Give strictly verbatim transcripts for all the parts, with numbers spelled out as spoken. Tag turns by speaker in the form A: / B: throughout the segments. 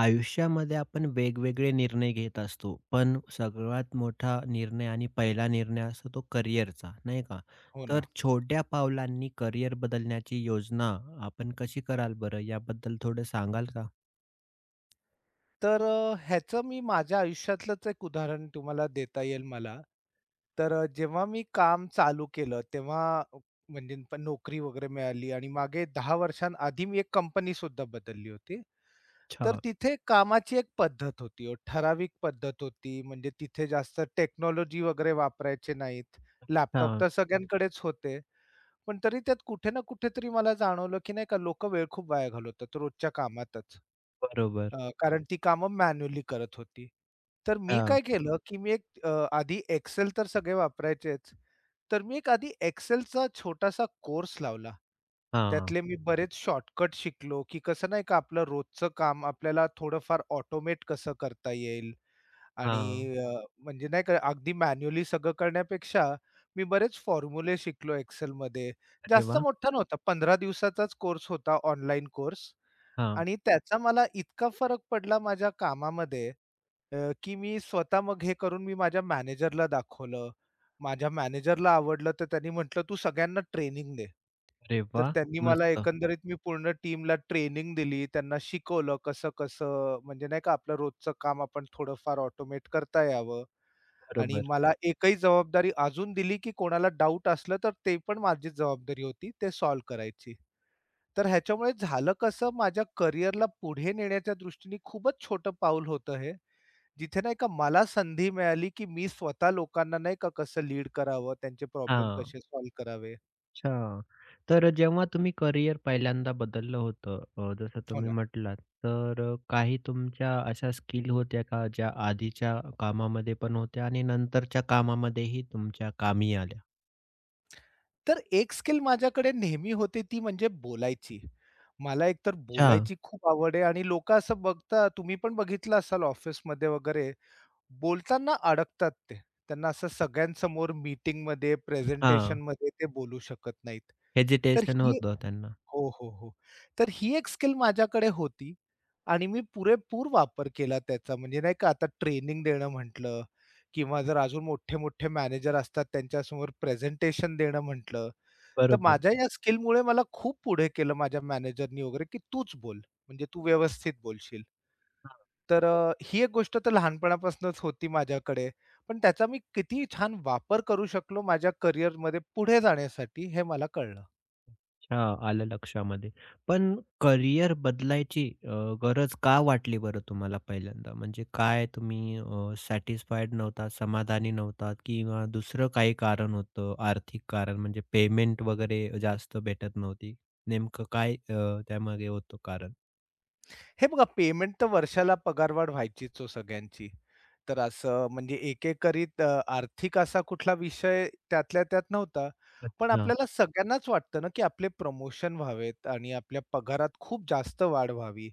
A: आयुष्यामध्ये आपण वेगवेगळे निर्णय घेत असतो. पण सगळ्यात मोठा निर्णय आणि पहिला निर्णय असतो तो करिअरचा, नाही का?
B: हो
A: तर
B: ना.
A: छोट्या पावलांनी करिअर बदलण्याची योजना आपण कशी कराल बरं? याबद्दल थोडं सांगाल का?
B: तर अ, ह्याचं मी माझ्या आयुष्यातलंच एक उदाहरण तुम्हाला देता येईल मला. तर अ, जेव्हा मी काम चालू केलं तेव्हा अ, म्हणजे पण नोकरी वगैरे मिळाली आणि मागे दहा वर्षांआधी मी एक कंपनी सुद्धा बदलली होती. तर
A: अच्छा.
B: तिथे कामाची एक पद्धत होती हो, ठराविक पद्धत होती. म्हणजे तिथे जास्त टेक्नॉलॉजी वगैरे वापरायचे नाहीत. लॅपटॉप
A: हां.
B: तर सगळ्यांकडेच होते. पण तरी त्यात कुठे ना कुठेतरी मला जाणवलं, की नाही का लोकं वेळ खूप वाया घालवतात रोजच्या कामातच.
A: बरोबर.
B: अ, कारण ती कामं मॅन्युअली करत होती. तर मी
A: हां.
B: काय केलं, की मी एक अ, आधी Excel तर सगळे वापरायचेच. तर मी एक आधी Excelचा छोटासा कोर्स लावला.
A: हां.
B: त्यातले मी बरेच शॉर्टकट शिकलो, की कसं नाही का आपलं रोजचं काम आपल्याला थोडंफार ऑटोमेट कसं करता येईल. आणि
A: हां.
B: अ, म्हणजे नाही का अगदी मॅन्युअली सगळं करण्यापेक्षा मी बरेच फॉर्म्युले शिकलो Excelमध्ये.
A: अरे
B: जास्त
A: वाह!
B: मोठा नव्हता, पंधरा दिवसाचाच कोर्स होता ऑनलाईन कोर्स
A: हां.
B: आणि त्याचा मला इतका फरक पडला माझ्या कामामध्ये, अ, की मी स्वतः मग हे करून मी माझ्या मॅनेजरला दाखवलं. माझ्या मॅनेजरला आवडलं, तर त्यांनी म्हटलं, "तू सगळ्यांना ट्रेनिंग दे."
A: अरे
B: तर
A: वाह!
B: त्यांनी मला
A: मस्त.
B: एकंदरीत मी पूर्ण टीमला ट्रेनिंग दिली. त्यांना शिकवलं कसं-कसं म्हणजे नाही का आपलं रोजचं काम आपण थोडंफार ऑटोमेट करता यावं आणि
A: बरोबर.
B: मला एकही जबाबदारी अजून दिली, की कोणाला डाउट असलं तर ते पण माझीच जबाबदारी होती ते सॉल्व्ह करायची. तर ह्याच्यामुळे झालं कसं माझ्या करिअरला पुढे नेण्याच्या दृष्टीने खूपच छोटं पाऊल होतं हे. जिथे नाही का मला संधी मिळाली, की मी स्वतः लोकांना नाही का कसं लीड करावं, त्यांचे प्रॉब्लेम
A: हां.
B: कसे सॉल्व्ह करावे.
A: अच्छा. तर जेव्हा तुम्ही करियर पहिल्यांदा बदललं होतं, अ, जसं
B: हो
A: तुम्ही
B: ना.
A: म्हटलात, तर अ, काही तुमच्या अशा स्किल होत्या का, ज्या आधीच्या कामामध्ये पण होत्या आणि नंतरच्या कामामध्येही तुमच्या कामी आल्या?
B: तर एक स्किल माझ्याकडे नेहमी होते ती म्हणजे बोलायची. मला एकतर
A: अच्छा.
B: बोलायची खूप आवड आहे आणि लोकं असं बघतात, तुम्ही पण बघितलं असाल ऑफिसमध्ये वगैरे, बोलताना अडकतात ते. त्यांना असं सगळ्यांसमोर मीटिंगमध्ये,
A: हां.
B: प्रेझेंटेशनमध्ये ते बोलू शकत नाहीत. तर
A: हेजिटेशन
B: ही
A: होतं त्यांना.
B: हो, हो, हो. तर ही एक स्किल माझ्याकडे होती आणि मी पुरेपूर वापर केला त्याचा. म्हणजे नाही का आता ट्रेनिंग देणं म्हटलं किंवा जर अजून मोठे-मोठे मॅनेजर असतात त्यांच्यासमोर प्रेझेंटेशन देणं म्हटलं, तर
A: बरोबर.
B: माझ्या या स्किलमुळे मला खूप पुढे केलं माझ्या मॅनेजरनी वगैरे, की "तूच बोल, म्हणजे तू व्यवस्थित बोलशील." तर अ, ही एक गोष्ट तर लहानपणापासूनच होती माझ्याकडे. पण त्याचा मी किती छान वापर करू शकलो माझ्या करिअरमध्ये पुढे जाण्यासाठी हे मला कळलं.
A: हां, आलं लक्षामध्ये. पण करियर बदलायची अ, गरज का वाटली बरं तुम्हाला पहिल्यांदा? म्हणजे काय तुम्ही अ, सॅटिस्फाईड नव्हता, समाधानी नव्हतात किंवा दुसरं काही कारण होतं, आर्थिक कारण म्हणजे पेमेंट वगैरे जास्त भेटत नव्हती? नेमकं काय अ, त्यामागे होतं कारण?
B: हे बघा पेमेंट तर वर्षाला पगारवाढ व्हायचीच हो सगळ्यांची. तर असं म्हणजे एकेकरीत अ, आर्थिक असा कुठला विषय त्यातल्या त्यात नव्हता. पण
A: अच्छा.
B: आपल्याला सगळ्यांनाच वाटतं ना, की आपले प्रमोशन व्हावेत आणि आपल्या पगारात खूप जास्त वाढ व्हावी.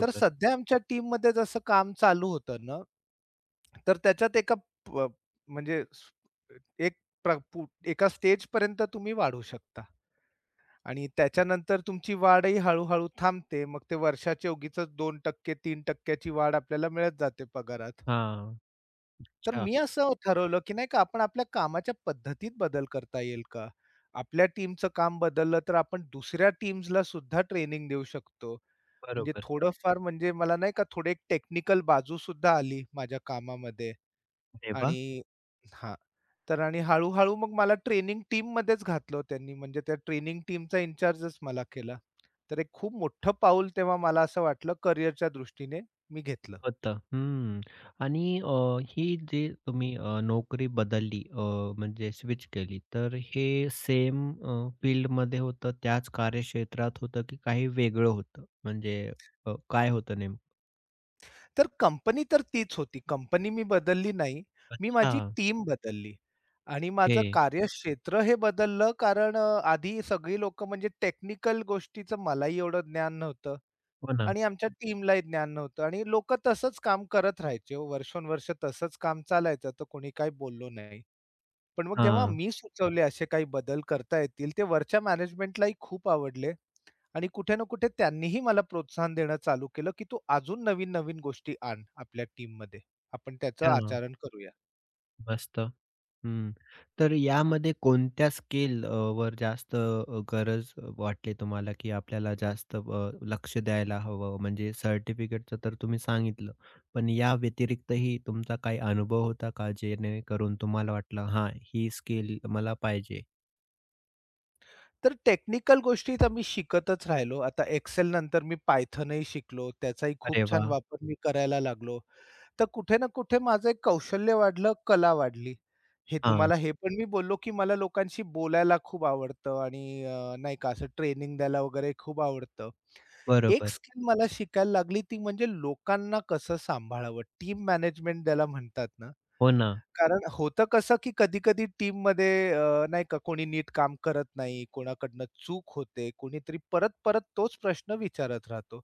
B: तर सध्या आमच्या टीममध्ये जसं काम चालू होतं ना, तर त्याच्यात एका प म्हणजे स- एक प्र पु एका स्टेजपर्यंत तुम्ही वाढू शकता. आणि त्याच्यानंतर तुमची वाढही हळू-हळू थांबते. मग ते वर्षाच्या उगीचच दोन टक्के तीन टक्के ची वाढ आपल्याला मिळत जाते पगारात.
A: हां.
B: तर
A: अच्छा.
B: मी असं ठरवलं, की नाही का आपण आपल्या कामाच्या पद्धतीत बदल करता येईल का? आपल्या टीमचं काम बदललं तर आपण दुसऱ्या टीम्सला सुद्धा ट्रेनिंग देऊ शकतो. म्हणजे
A: बरोबर.
B: थोडंफार म्हणजे मला नाही का थोडी एक टेक्निकल बाजूसुद्धा आली माझ्या कामामध्ये.
A: अरे वाह!
B: आणि हां. तर आणि हळू-हळू मग मला ट्रेनिंग टीममध्येच घातलं त्यांनी. म्हणजे त्या ट्रेनिंग टीमचा इन्चार्जच मला केला. तर एक खूप मोठं पाऊल तेव्हा मला असं वाटलं करिअरच्या दृष्टीने मी घेतलं.
A: होतं. हं. आणि अ, ही जी तुम्ही अ, नोकरी बदलली अ, म्हणजे स्विच केली, तर हे सेम अ, फील्डमध्ये होतं, त्याच कार्यक्षेत्रात होतं, की काही वेगळं होतं? म्हणजे अ, काय होतं नेमकं?
B: तर कंपनी तर तीच होती. कंपनी मी बदलली नाही. मी
A: अच्छा.
B: माझी टीम बदलली आणि माझं
A: ओके.
B: कार्यक्षेत्र हे बदललं कारण अ, आधी सगळी लोकं म्हणजे टेक्निकल गोष्टीचं मलाही एवढं ज्ञान नव्हतं.
A: हो ना.
B: आणि आमच्या टीमलाही ज्ञान नव्हतं आणि लोकं तसंच काम करत राहायचे हो. वर्षोनवर्ष तसंच काम चालायचं, तर कोणी काही बोललो नाही. पण मग जेव्हा
A: हां.
B: मी सुचवले असे काही बदल करता येतील, ते वरच्या मॅनेजमेंटलाही खूप आवडले आणि कुठे ना कुठे त्यांनीही मला प्रोत्साहन देणं चालू केलं, की "तू अजून नवीन-नवीन गोष्टी आण आपल्या टीममध्ये. आपण त्याचं
A: हां.
B: आचरण करूया."
A: मस्त. हं. तर यामध्ये कोणत्या स्किल अ, वर जास्त अ, गरज वाटली तुम्हाला, की आपल्याला जास्त अ, लक्ष द्यायला हवं? म्हणजे सर्टिफिकेटचं तर तुम्ही सांगितलं. पण या व्यतिरिक्तही तुमचा काही अनुभव होता का? जेणेकरून तुम्हाला वाटलं, "हां, ही स्किल मला पाहिजे."
B: तर टेक्निकल गोष्टी तर मी शिकतच राहिलो. आता Excel नंतर मी Pythonही शिकलो. त्याचाही खूप
A: अरे
B: छान
A: वाह!
B: वापर मी करायला लागलो. तर कुठे ना कुठे माझं एक कौशल्य वाढलं, कला वाढली. हे
A: हां,
B: तुम्हाला हे पण मी बोललो, की मला लोकांशी बोलायला खूप आवडतं आणि अ, नाही का असं ट्रेनिंग द्यायला वगैरे खूप आवडतं. एक
A: बरोबर.
B: स्किल मला शिकायला लागली ती म्हणजे लोकांना कसं सांभाळावं, टीम मॅनेजमेंट ज्याला म्हणतात ना.
A: हो ना.
B: कारण होतं कसं, की कधी-कधी टीममध्ये अ, नाही का कोणी नीट काम करत नाही, कोणाकडनं चूक होते, कोणीतरी परत-परत तोच प्रश्न विचारत राहतो.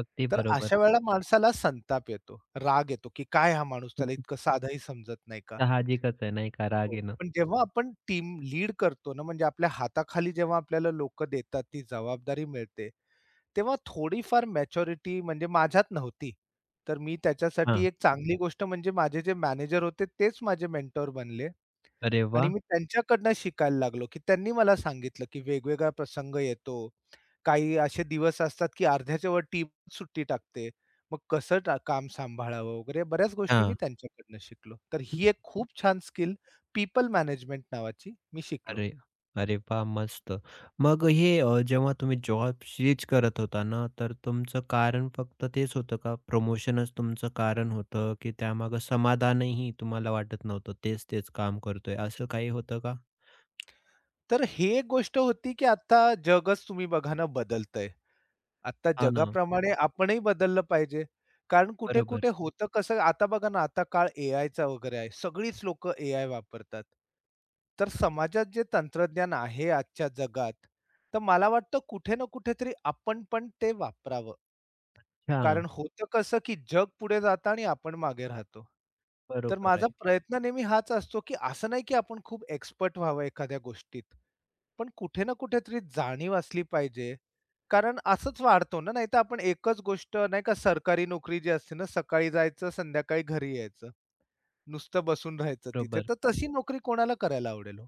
A: अगदी
B: तर
A: बरोबर.
B: अशा वेळेला माणसाला संताप येतो, राग येतो, की काय हा माणूस त्याला इतकं साधंही समजत नाही का?
A: साहजिकच आहे नाही का, राग
B: हो.
A: येणं.
B: पण जेव्हा आपण टीम लीड करतो ना, म्हणजे आपल्या हाताखाली जेव्हा आपल्याला लोकं देतात, ती जबाबदारी मिळते, तेव्हा थोडीफार मॅच्युरिटी म्हणजे माझ्यात नव्हती. तर मी त्याच्यासाठी
A: हां.
B: एक चांगली गोष्ट म्हणजे माझे जे मॅनेजर होते तेच माझे मेंटॉर बनले
A: अरे
B: आणि
A: वाह!
B: मी त्यांच्याकडनं शिकायला लागलो, की त्यांनी मला सांगितलं, की वेगवेगळा प्रसंग येतो. काही असे दिवस असतात, की अर्ध्याच्या वर टीम सुट्टी टाकते. मग कसं टा काम सांभाळावं वगैरे बऱ्याच गोष्टी मी
A: हां.
B: त्यांच्याकडनं शिकलो. तर ही एक खूप छान स्किल पीपल management नावाची मी शिकलो.
A: अरे, अरे वाह! मस्त. मग हे अ, जेव्हा तुम्ही जॉब स्विच करत होता ना, तर तुमचं कारण फक्त तेच होतं का? प्रमोशनच तुमचं कारण होतं, की त्यामागे समाधानही तुम्हाला वाटत नव्हतं, तेच-तेच काम करतोय, असं काही होतं का?
B: तर हे एक गोष्ट होती, की आता जगच तुम्ही बघा ना बदलतंय. आता
A: हां ना.
B: जगाप्रमाणे आपणही बदललं पाहिजे. कारण
A: बरोबर.
B: कुठे-कुठे होतं कसं, आता बघा ना, आता काळ एआयचा वगैरे आहे. सगळीच लोकं एआय वापरतात. तर समाजात जे तंत्रज्ञान आहे आजच्या जगात, तर मला वाटतं कुठे ना कुठेतरी आपण पण ते वापरावं.
A: हां,
B: कारण होतं कसं, की जग पुढे जातं आणि आपण मागे राहतो. तर
A: बरोबर आहे.
B: माझा प्रयत्न नेहमी हाच असतो, की असं नाही, की आपण खूप एक्सपर्ट व्हावं एखाद्या गोष्टीत. पण कुठे ना कुठेतरी जाणीव असली पाहिजे. कारण असंच वाढतो ना, नाहीतर आपण एकच गोष्ट नाही का सरकारी नोकरी जी असते ना, सकाळी जायचं, संध्याकाळी घरी यायचं. नुसतं बसून राहायचं तिथे.
A: बरोबर.
B: तर तशी नोकरी कोणाला करायला आवडेल हो?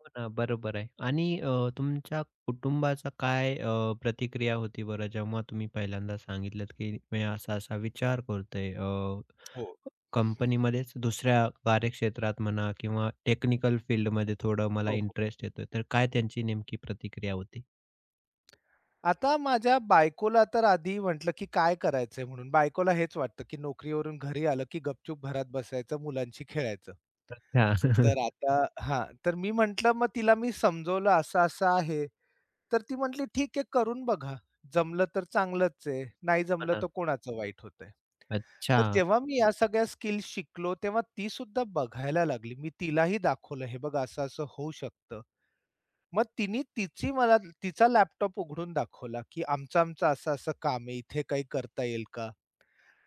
A: हो ना, बरोबर आहे. आणि अ, तुमच्या कुटुंबाचा काय अ, प्रतिक्रिया होती बरं जेव्हा तुम्ही पहिल्यांदा सांगितलत, की मी असा-असा विचार करतोय अ,
B: हो.
A: कंपनीमध्येच दुसऱ्या कार्यक्षेत्रात म्हणा किंवा टेक्निकल फील्डमध्ये थोडं मला
B: हो, हो.
A: इंटरेस्ट येतोय. तर काय त्यांची नेमकी प्रतिक्रिया होती?
B: आता माझ्या बायकोला तर आधी म्हटलं, की काय करायचंय म्हणून. बायकोला हेच वाटतं, की नोकरीवरून घरी आलं, की गपचूप घरात बसायचं, मुलांशी खेळायचं.
A: अच्छा.
B: तर आता हां, तर मी म्हटलं, मग तिला मी समजवलं असं-असं आहे. तर ती म्हटली, "ठीक आहे, करून बघा. जमलं तर चांगलंच आहे, नाही
A: हो
B: जमलं
A: ना.
B: तर कोणाचं वाईट होतंय."
A: अच्छा,
B: तर जेव्हा मी या सगळ्या स्किल्स शिकलो, तेव्हा ती सुद्धा बघायला लागली. मी तिलाही दाखवलं, "हे बघ असं-असं होऊ शकतं." मग तिने तिची मला तिचा लॅपटॉप उघडून दाखवला, की आमचं-आमचं असं-असं काम आहे, इथे काही करता येईल का?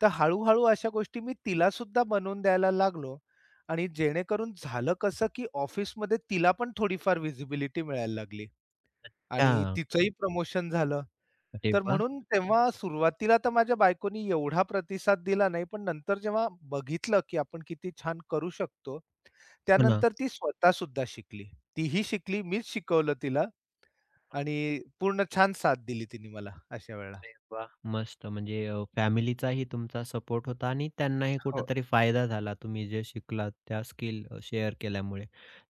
B: तर हळू-हळू अशा गोष्टी मी तिला सुद्धा बनवून द्यायला लागलो आणि जेणेकरून झालं कसं, की ऑफिसमध्ये तिला पण थोडीफार व्हिजिबिलिटी मिळायला लागली आणि
A: अच्छा.
B: तिचंही प्रमोशन झालं.
A: अरे
B: तर
A: वाह!
B: म्हणून तेव्हा सुरुवातीला तर माझ्या बायकोनी एवढा प्रतिसाद दिला नाही, पण नंतर जेव्हा बघितलं, की आपण किती छान करू शकतो,
A: हो ना.
B: त्यानंतर ती स्वतः सुद्धा शिकली. तीही शिकली, मीच शिकवलं तिला आणि पूर्ण छान साथ दिली तिने मला अशा वेळेला.
A: अरे वाह! मस्त म्हणजे अ, फॅमिलीचाही तुमचा सपोर्ट होता आणि त्यांनाही
B: हो,
A: कुठेतरी फायदा झाला तुम्ही जे शिकलात त्या स्किल अ, शेअर केल्यामुळे.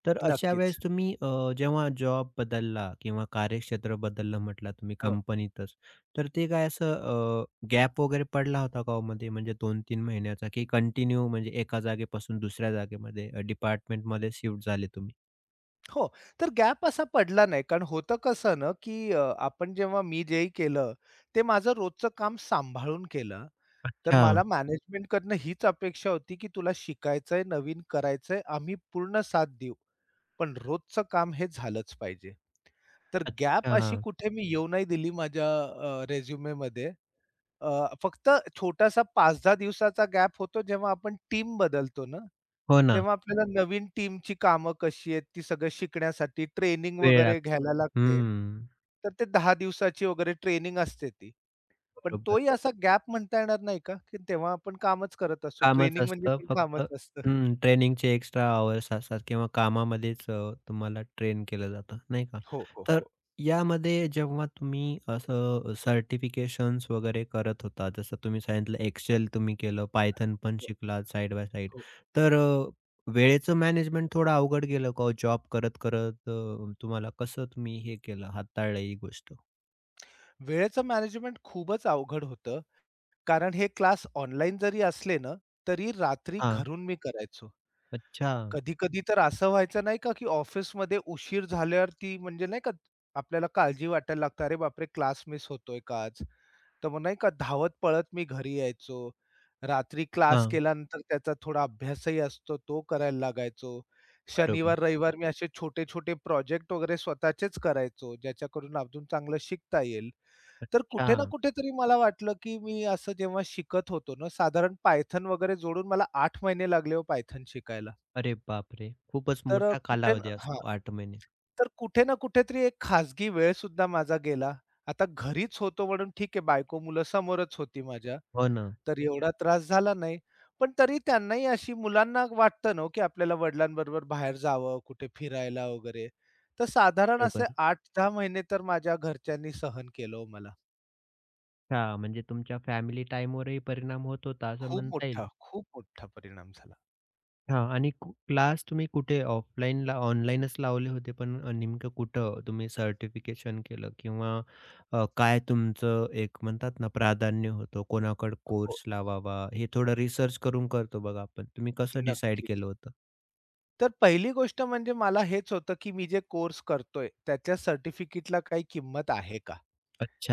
A: तर अशा
B: नक्कीच.
A: वेळेस तुम्ही अ, जेव्हा जॉब बदलला किंवा कार्यक्षेत्र बदललं म्हटला तुम्ही
B: हो.
A: कंपनीतच, तर ते काय असं गॅप वगैरे पडला होता का ओ मध्ये म्हणजे दोन ते तीन महिन्याचा की कंटिन्यू म्हणजे एका जागेपासून दुसऱ्या जागेमध्ये डिपार्टमेंटमध्ये शिफ्ट झाले तुम्ही?
B: हो, तर गॅप असा पडला नाही. कारण होतं कसं ना, की अ, आपण जेव्हा मी जे केलं, ते माझं रोजचं काम सांभाळून केलं. तर
A: अच्छा,
B: मला मॅनेजमेंटकडनं हीच अपेक्षा होती, की तुला शिकायचंय, नवीन करायचंय, आम्ही पूर्ण साथ देऊ. पण रोजचं काम हे झालंच पाहिजे. तर गॅप अशी
A: अच्छा.
B: कुठे मी येऊ नाही दिली माझ्या अ, रिझ्यूममध्ये. अ, फक्त छोटासा पाच ते दहा दिवसाचा गॅप होतो, जेव्हा आपण टीम बदलतो ना,
A: हो ना.
B: तेव्हा आपल्याला नवीन टीमची कामं कशी आहेत, ती सगळं शिकण्यासाठी ट्रेनिंग
A: वेळ
B: वगैरे
A: लागतो.
B: घ्यायला लागते.
A: हं.
B: तर ते दहा दिवसाची वगैरे ट्रेनिंग असते ती. पण
A: बरोबर.
B: तोही असा गॅप म्हणता येणार नाही का, की तेव्हा आपण कामच करत असतो.
A: कामच
B: ट्रेनिंग म्हणजे
A: असतं
B: पण
A: फक्त
B: कामच असतं.
A: हं, ट्रेनिंगचे एक्स्ट्रा अवर्स असतात किंवा कामामध्येच अ, तुम्हाला ट्रेन केलं जातं, नाही का?
B: हो, हो,
A: तर
B: हो.
A: यामध्ये जेव्हा तुम्ही असं सर्टिफिकेशन्स वगैरे करत होता, जसं तुम्ही सांगितलं एक्सेल तुम्ही केलं, पायथन पण
B: हो,
A: शिकलात साइड बाय साइड.
B: हो.
A: तर अ, वेळेचं मॅनेजमेंट थोडं अवघड गेलं का हो जॉब करत-करत अ, तुम्हाला कसं तुम्ही हे केलं हाताळलं ही गोष्ट?
B: वेळेचं मॅनेजमेंट खूपच अवघड होतं, कारण हे क्लास ऑनलाईन जरी असले ना, तरी रात्री
A: हां.
B: घरून मी करायचो.
A: अच्छा.
B: कधी-कधी तर असं व्हायचं नाही का, की ऑफिसमध्ये उशीर झाल्यावर ती म्हणजे नाही का, आपल्याला काळजी वाटायला लागते, "अरे बापरे! क्लास मिस होतोय का आज?" तर मग नाही का धावत-पळत मी घरी यायचो. रात्री क्लास
A: हां.
B: केल्यानंतर त्याचा थोडा अभ्यासही असतो, तो करायला लागायचो.
A: बरोबर.
B: शनिवार, रविवार मी असे छोटे-छोटे प्रोजेक्ट वगैरे स्वतःचेच करायचो, ज्याच्याकडून अजून चांगलं शिकता येईल. तर कुठे ना
A: अच्छा.
B: कुठेतरी मला वाटलं, की मी असं जेव्हा शिकत होतो ना, साधारण पायथन वगैरे जोडून मला आठ महिने लागले हो पायथन शिकायला.
A: अरे बापरे! खूपच
B: तर अ,
A: मोठा
B: कुठे
A: कालावधी
B: ना हां.
A: असतो आठ महिने.
B: तर कुठे ना कुठेतरी एक खाजगी वेळ सुद्धा माझा गेला. आता घरीच होतो म्हणून ठीक आहे बायको मुलं समोरच होती माझ्या,
A: हो ना,
B: तर एवढा त्रास झाला नाही. पण तरी त्यांनाही अशी मुलांना वाटतं ना हो, की आपल्याला वडिलांबरोबर बाहेर जावं, कुठे फिरायला वगैरे. तर साधारण असे
A: बरोबर.
B: आठ ते दहा महिने तर माझ्या घरच्यांनी सहन केलं हो मला.
A: हां, म्हणजे तुमच्या फॅमिली टाईमवरही परिणाम होत होता असं
B: खूप
A: म्हणता येईल.
B: मोठा, खूप मोठा परिणाम झाला.
A: हां आणि कु क्लास तुम्ही कुठे ऑफलाईनला ऑनलाईनच लावले होते, पण अ, नेमकं कुठं तुम्ही सर्टिफिकेशन केलं किंवा अ, काय तुमचं एक म्हणतात ना प्राधान्य होतं, कोणाकडे
B: हो,
A: कोर्स लावावा, हे थोडं रिसर्च करून करतो बघा आपण. तुम्ही कसं डिसाईड
B: नक्कीच.
A: केलं होतं?
B: तर पहिली गोष्ट म्हणजे मला हेच होतं, की मी जे कोर्स करतोय, त्याच्या सर्टिफिकेटला काही किंमत आहे का?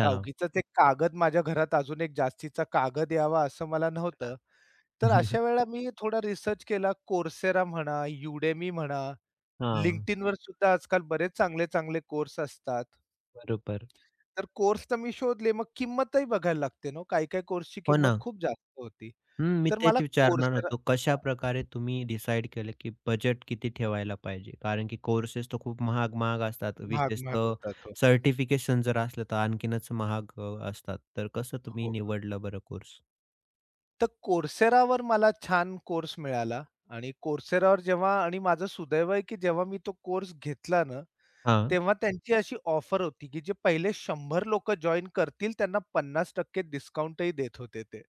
B: का उगीचच एक कागद माझ्या घरात अजून एक जास्तीचा कागद यावा असं मला नव्हतं. तर अशा वेळेला मी थोडा रिसर्च केला. Coursera म्हणा, Udemy म्हणा,
A: हां,
B: LinkedInवर सुद्धा आजकाल बरेच चांगले-चांगले कोर्स असतात.
A: बरोबर.
B: तर कोर्स तर मी शोधले. मग किंमतही बघायला लागते ना हो. काही-काही कोर्सची
A: हो
B: किंमत
A: ना.
B: खूप जास्त होती.
A: हं, मी
B: तर मला
A: तेच विचारणार
B: Coursera
A: होतो. कशाप्रकारे तुम्ही डिसाईड केलं, की बजेट किती ठेवायला पाहिजे? कारण की कोर्सेस तर खूप महाग-महाग असतात.
B: महाग, महाग
A: विशेषतः
B: होतात. हो.
A: सर्टिफिकेशन जर असलं तर आणखीनच महाग अ, असतात. तर कसं तुम्ही
B: हो.
A: निवडलं बरं कोर्स?
B: तर Courseraवर मला छान कोर्स मिळाला आणि Courseraवर जेव्हा आणि माझं सुदैव आहे, की जेव्हा मी तो कोर्स घेतला ना,
A: हां.
B: तेव्हा त्यांची अशी ऑफर होती, की जे पहिले शंभर लोकं जॉइन करतील त्यांना पन्नास टक्के डिस्काउंटही देत होते ते.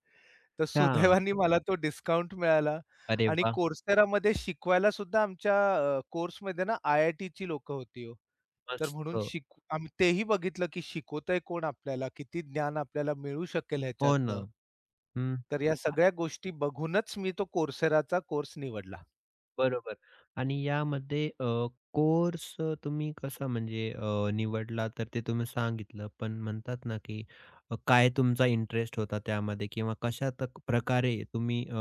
B: तर
A: अच्छा.
B: सुदैवाने मला तो डिस्काउंट मिळाला
A: अरे
B: आणि
A: वाह!
B: Courseraमध्ये शिकवायला सुद्धा आमच्या अ, कोर्समध्ये ना आय-आय-टीची लोक होती हो. तर
A: मस्त.
B: म्हणून शिक आम्ही तेही बघितलं, की शिकवतंय कोण आपल्याला, किती ज्ञान आपल्याला मिळू शकेल
A: हो ना.
B: ह्याच्यातनं.
A: हं.
B: तर या सगळ्या गोष्टी बघूनच मी तो Courseraचा कोर्स निवडला.
A: बरोबर आणि यामध्ये अ, कोर्स तुम्ही कसा म्हणजे अ, निवडला तर ते तुम्ही सांगितलं. पण म्हणतात ना, की अ, काय तुमचा इंटरेस्ट होता त्यामध्ये किंवा कशा तक प्रकारे तुम्ही अ,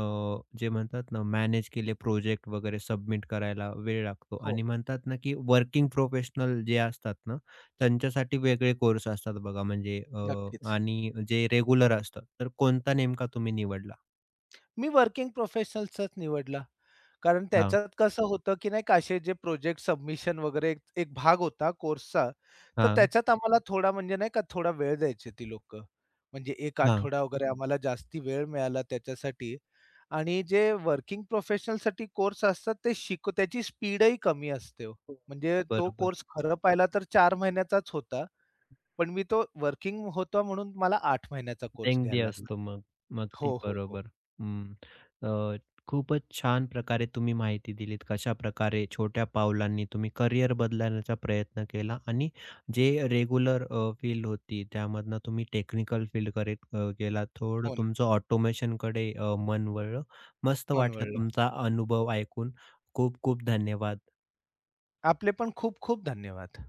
A: जे म्हणतात ना, मॅनेज केले प्रोजेक्ट वगैरे सबमिट करायला वेळ लागतो
B: हो,
A: आणि म्हणतात ना, की वर्किंग प्रोफेशनल जे असतात ना, त्यांच्यासाठी वेगळे कोर्स असतात बघा म्हणजे अ,
B: नक्कीच.
A: आणि जे रेग्युलर असतात. तर कोणता नेमका तुम्ही निवडला?
B: मी वर्किंग प्रोफेशनल्सच निवडला. कारण
A: हां,
B: त्याच्यात कसं होतं, की नाही का असे जे प्रोजेक्ट सबमिशन वगैरे एक एक भाग होता कोर्सचा, तर
A: हां,
B: त्याच्यात आम्हाला थोडा म्हणजे नाही का थोडा वेळ द्यायचे ती लोकं. म्हणजे एक
A: हां.
B: आठवडा वगैरे आम्हाला जास्ती वेळ मिळाला त्याच्यासाठी आणि जे वर्किंग प्रोफेशनलसाठी कोर्स असतात ते शिक त्याची स्पीडही कमी असते हो.
A: हो.
B: म्हणजे तो कोर्स
A: बरोबर.
B: खरं पाहिला तर चार महिन्याचाच होता. पण मी तो वर्किंग होता म्हणून मला आठ महिन्याचा कोर्स
A: लेंदी
B: घ्यायला लागला.
A: असतो मग. मग ती
B: हो, हो, हो.
A: बरोबर. हं. अ, खूपच छान प्रकारे तुम्ही माहिती दिलीत. कशा प्रकारे छोट्या पावलांनी तुम्ही करियर बदलण्याचा प्रयत्न केला आणि जे रेग्युलर फील्ड होती त्यामधनं तुम्ही टेक्निकल फील्डकडे अ, गेला थोडं
B: हो ना.
A: तुमचं ऑटोमेशनकडे अ, मन वळलं. मस्त वाटला
B: मनवळलं.
A: तुमचा अनुभव ऐकून. खूप खूप धन्यवाद.
B: आपले पण खूप खूप धन्यवाद.